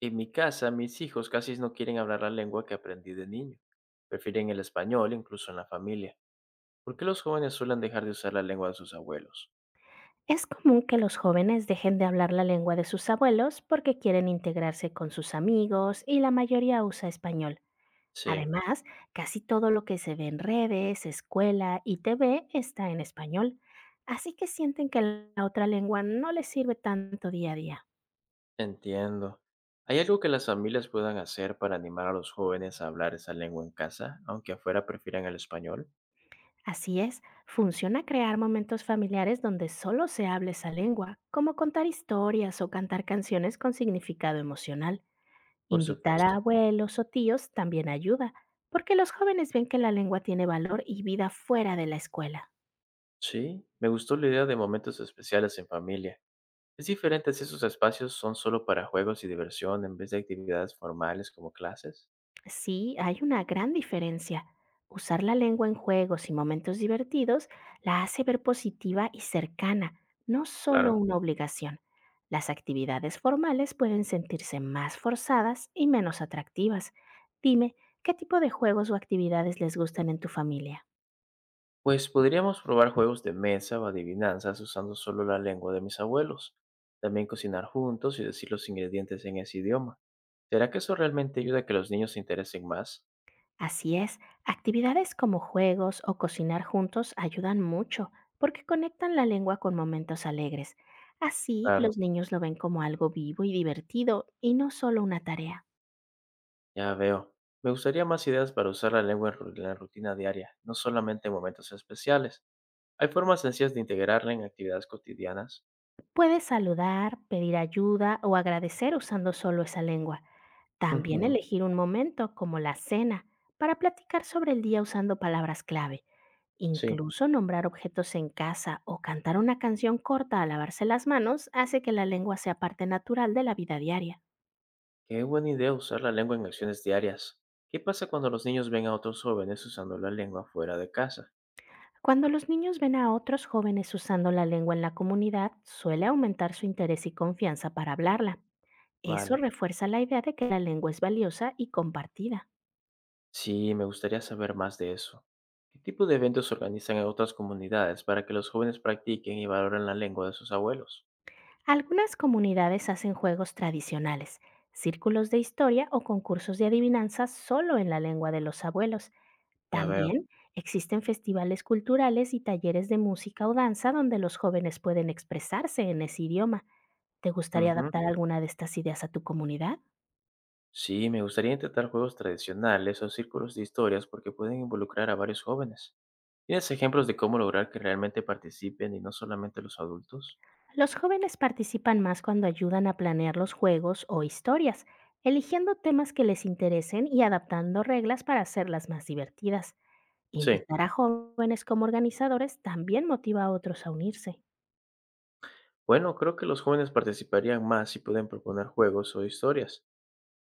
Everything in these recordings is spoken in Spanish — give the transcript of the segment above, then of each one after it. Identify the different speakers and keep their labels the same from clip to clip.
Speaker 1: En mi casa, mis hijos casi no quieren hablar la lengua que aprendí de niño. Prefieren el español, incluso en la familia. ¿Por qué los jóvenes suelen dejar de usar la lengua de sus abuelos?
Speaker 2: Es común que los jóvenes dejen de hablar la lengua de sus abuelos porque quieren integrarse con sus amigos y la mayoría usa español.
Speaker 1: Sí,
Speaker 2: Además, casi todo lo que se ve en redes, escuela y TV está en español, así que sienten que la otra lengua no les sirve tanto día a día.
Speaker 1: entiendo. ¿Hay algo que las familias puedan hacer para animar a los jóvenes a hablar esa lengua en casa, aunque afuera prefieran el español?
Speaker 2: Así es, funciona crear momentos familiares donde solo se hable esa lengua, como contar historias o cantar canciones con significado emocional.
Speaker 1: Por
Speaker 2: Invitar a
Speaker 1: supuesto.
Speaker 2: abuelos o tíos también ayuda, porque los jóvenes ven que la lengua tiene valor y vida fuera de la escuela.
Speaker 1: Sí, me gustó la idea de momentos especiales en familia. Es diferente si esos espacios son solo para juegos y diversión en vez de actividades formales como clases.
Speaker 2: Sí, hay una gran diferencia. Usar la lengua en juegos y momentos divertidos la hace ver positiva y cercana, no solo
Speaker 1: Claro.
Speaker 2: una obligación. Las actividades formales pueden sentirse más forzadas y menos atractivas. Dime, ¿qué tipo de juegos o actividades les gustan en tu familia?
Speaker 1: Pues podríamos probar juegos de mesa o adivinanzas usando solo la lengua de mis abuelos. También cocinar juntos y decir los ingredientes en ese idioma. ¿Será que eso realmente ayuda a que los niños se interesen más?
Speaker 2: Así es, actividades como juegos o cocinar juntos ayudan mucho porque conectan la lengua con momentos alegres. Así
Speaker 1: Claro,
Speaker 2: los niños lo ven como algo vivo y divertido y no solo una tarea.
Speaker 1: ya veo. Me gustaría más ideas para usar la lengua en la rutina diaria, no solamente en momentos especiales. ¿Hay formas sencillas de integrarla en actividades cotidianas?
Speaker 2: Puedes saludar, pedir ayuda o agradecer usando solo esa lengua. También
Speaker 1: Ujú.
Speaker 2: elegir un momento, como la cena, para platicar sobre el día usando palabras clave.
Speaker 1: Sí,
Speaker 2: Incluso nombrar objetos en casa o cantar una canción corta al lavarse las manos hace que la lengua sea parte natural de la vida diaria.
Speaker 1: qué buena idea usar la lengua en acciones diarias. ¿Qué pasa cuando los niños ven a otros jóvenes usando la lengua fuera de casa?
Speaker 2: Cuando los niños ven a otros jóvenes usando la lengua en la comunidad, suele aumentar su interés y confianza para hablarla. Eso
Speaker 1: Vale.
Speaker 2: refuerza la idea de que la lengua es valiosa y compartida.
Speaker 1: Sí, me gustaría saber más de eso. ¿Qué tipo de eventos organizan en otras comunidades para que los jóvenes practiquen y valoren la lengua de sus abuelos?
Speaker 2: Algunas comunidades hacen juegos tradicionales, círculos de historia o concursos de adivinanzas solo en la lengua de los abuelos.
Speaker 1: Ya veo.
Speaker 2: También existen festivales culturales y talleres de música o danza donde los jóvenes pueden expresarse en ese idioma. ¿Te gustaría
Speaker 1: Ujú.
Speaker 2: adaptar alguna de estas ideas a tu comunidad?
Speaker 1: Sí, me gustaría intentar juegos tradicionales o círculos de historias porque pueden involucrar a varios jóvenes. ¿Tienes ejemplos de cómo lograr que realmente participen y no solamente los adultos?
Speaker 2: Los jóvenes participan más cuando ayudan a planear los juegos o historias, eligiendo temas que les interesen y adaptando reglas para hacerlas más divertidas.
Speaker 1: Sí.
Speaker 2: Invitar a jóvenes como organizadores también motiva a otros a unirse.
Speaker 1: Bueno, creo que los jóvenes participarían más si pueden proponer juegos o historias.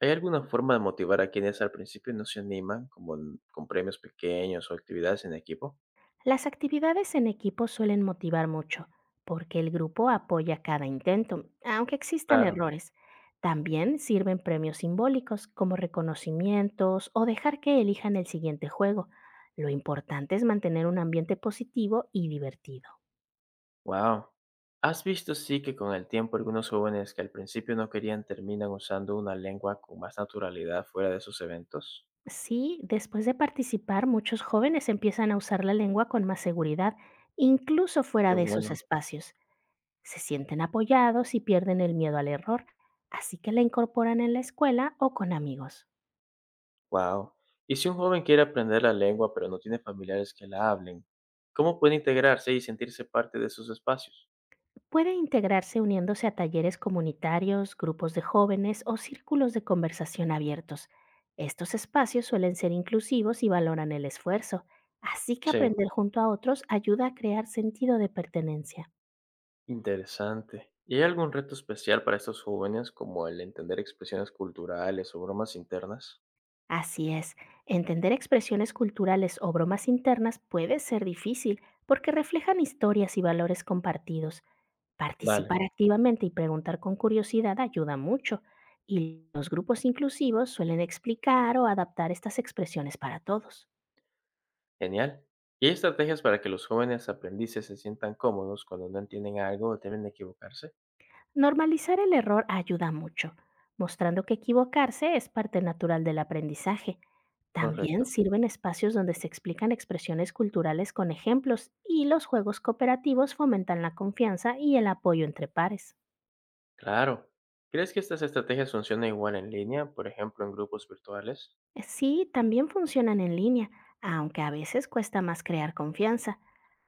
Speaker 1: ¿Hay alguna forma de motivar a quienes al principio no se animan, con premios pequeños o actividades en equipo?
Speaker 2: Las actividades en equipo suelen motivar mucho, porque el grupo apoya cada intento, aunque existan
Speaker 1: Claro,
Speaker 2: errores. También sirven premios simbólicos como reconocimientos o dejar que elijan el siguiente juego. Lo importante es mantener un ambiente positivo y divertido.
Speaker 1: wow. ¿Has visto sí que con el tiempo algunos jóvenes que al principio no querían terminan usando una lengua con más naturalidad fuera de sus eventos?
Speaker 2: Sí, después de participar, muchos jóvenes empiezan a usar la lengua con más seguridad, incluso
Speaker 1: Qué
Speaker 2: fuera de esos
Speaker 1: bueno,
Speaker 2: espacios. Se sienten apoyados y pierden el miedo al error, así que la incorporan en la escuela o con amigos.
Speaker 1: wow. Y si un joven quiere aprender la lengua pero no tiene familiares que la hablen, ¿cómo puede integrarse y sentirse parte de sus espacios?
Speaker 2: Puede integrarse uniéndose a talleres comunitarios, grupos de jóvenes o círculos de conversación abiertos. Estos espacios suelen ser inclusivos y valoran el esfuerzo, así que
Speaker 1: Sí,
Speaker 2: aprender junto a otros ayuda a crear sentido de pertenencia.
Speaker 1: interesante. ¿Y hay algún reto especial para estos jóvenes como el entender expresiones culturales o bromas internas?
Speaker 2: Así es, entender expresiones culturales o bromas internas puede ser difícil porque reflejan historias y valores compartidos.
Speaker 1: Vale.
Speaker 2: Participar activamente y preguntar con curiosidad ayuda mucho, y los grupos inclusivos suelen explicar o adaptar estas expresiones para todos.
Speaker 1: Genial. ¿Y hay estrategias para que los jóvenes aprendices se sientan cómodos cuando no entienden algo o deben de equivocarse?
Speaker 2: Normalizar el error ayuda mucho, mostrando que equivocarse es parte natural del aprendizaje. También
Speaker 1: Correcto.
Speaker 2: sirven espacios donde se explican expresiones culturales con ejemplos y los juegos cooperativos fomentan la confianza y el apoyo entre pares.
Speaker 1: Claro. ¿Crees que estas estrategias funcionan igual en línea, por ejemplo, en grupos virtuales?
Speaker 2: Sí, también funcionan en línea, aunque a veces cuesta más crear confianza.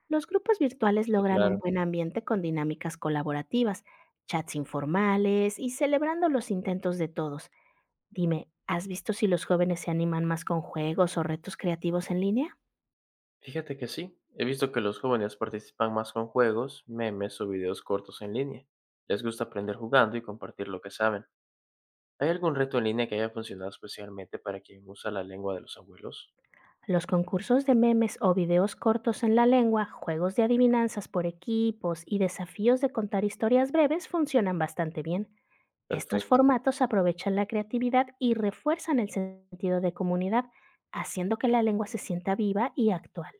Speaker 2: Los grupos virtuales
Speaker 1: Sí,
Speaker 2: logran un
Speaker 1: claro.
Speaker 2: buen ambiente con dinámicas colaborativas, chats informales y celebrando los intentos de todos. Dime, ¿has visto si los jóvenes se animan más con juegos o retos creativos en línea?
Speaker 1: Fíjate que sí. He visto que los jóvenes participan más con juegos, memes o videos cortos en línea. Les gusta aprender jugando y compartir lo que saben. ¿Hay algún reto en línea que haya funcionado especialmente para quien usa la lengua de los abuelos?
Speaker 2: Los concursos de memes o videos cortos en la lengua, juegos de adivinanzas por equipos y desafíos de contar historias breves funcionan bastante bien. Estos
Speaker 1: Perfecto.
Speaker 2: formatos aprovechan la creatividad y refuerzan el sentido de comunidad, haciendo que la lengua se sienta viva y actual.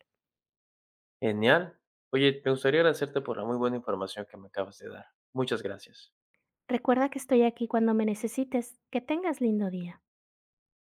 Speaker 1: Genial. Oye, me gustaría agradecerte por la muy buena información que me acabas de dar. Muchas gracias.
Speaker 2: Recuerda que estoy aquí cuando me necesites. Que tengas lindo día.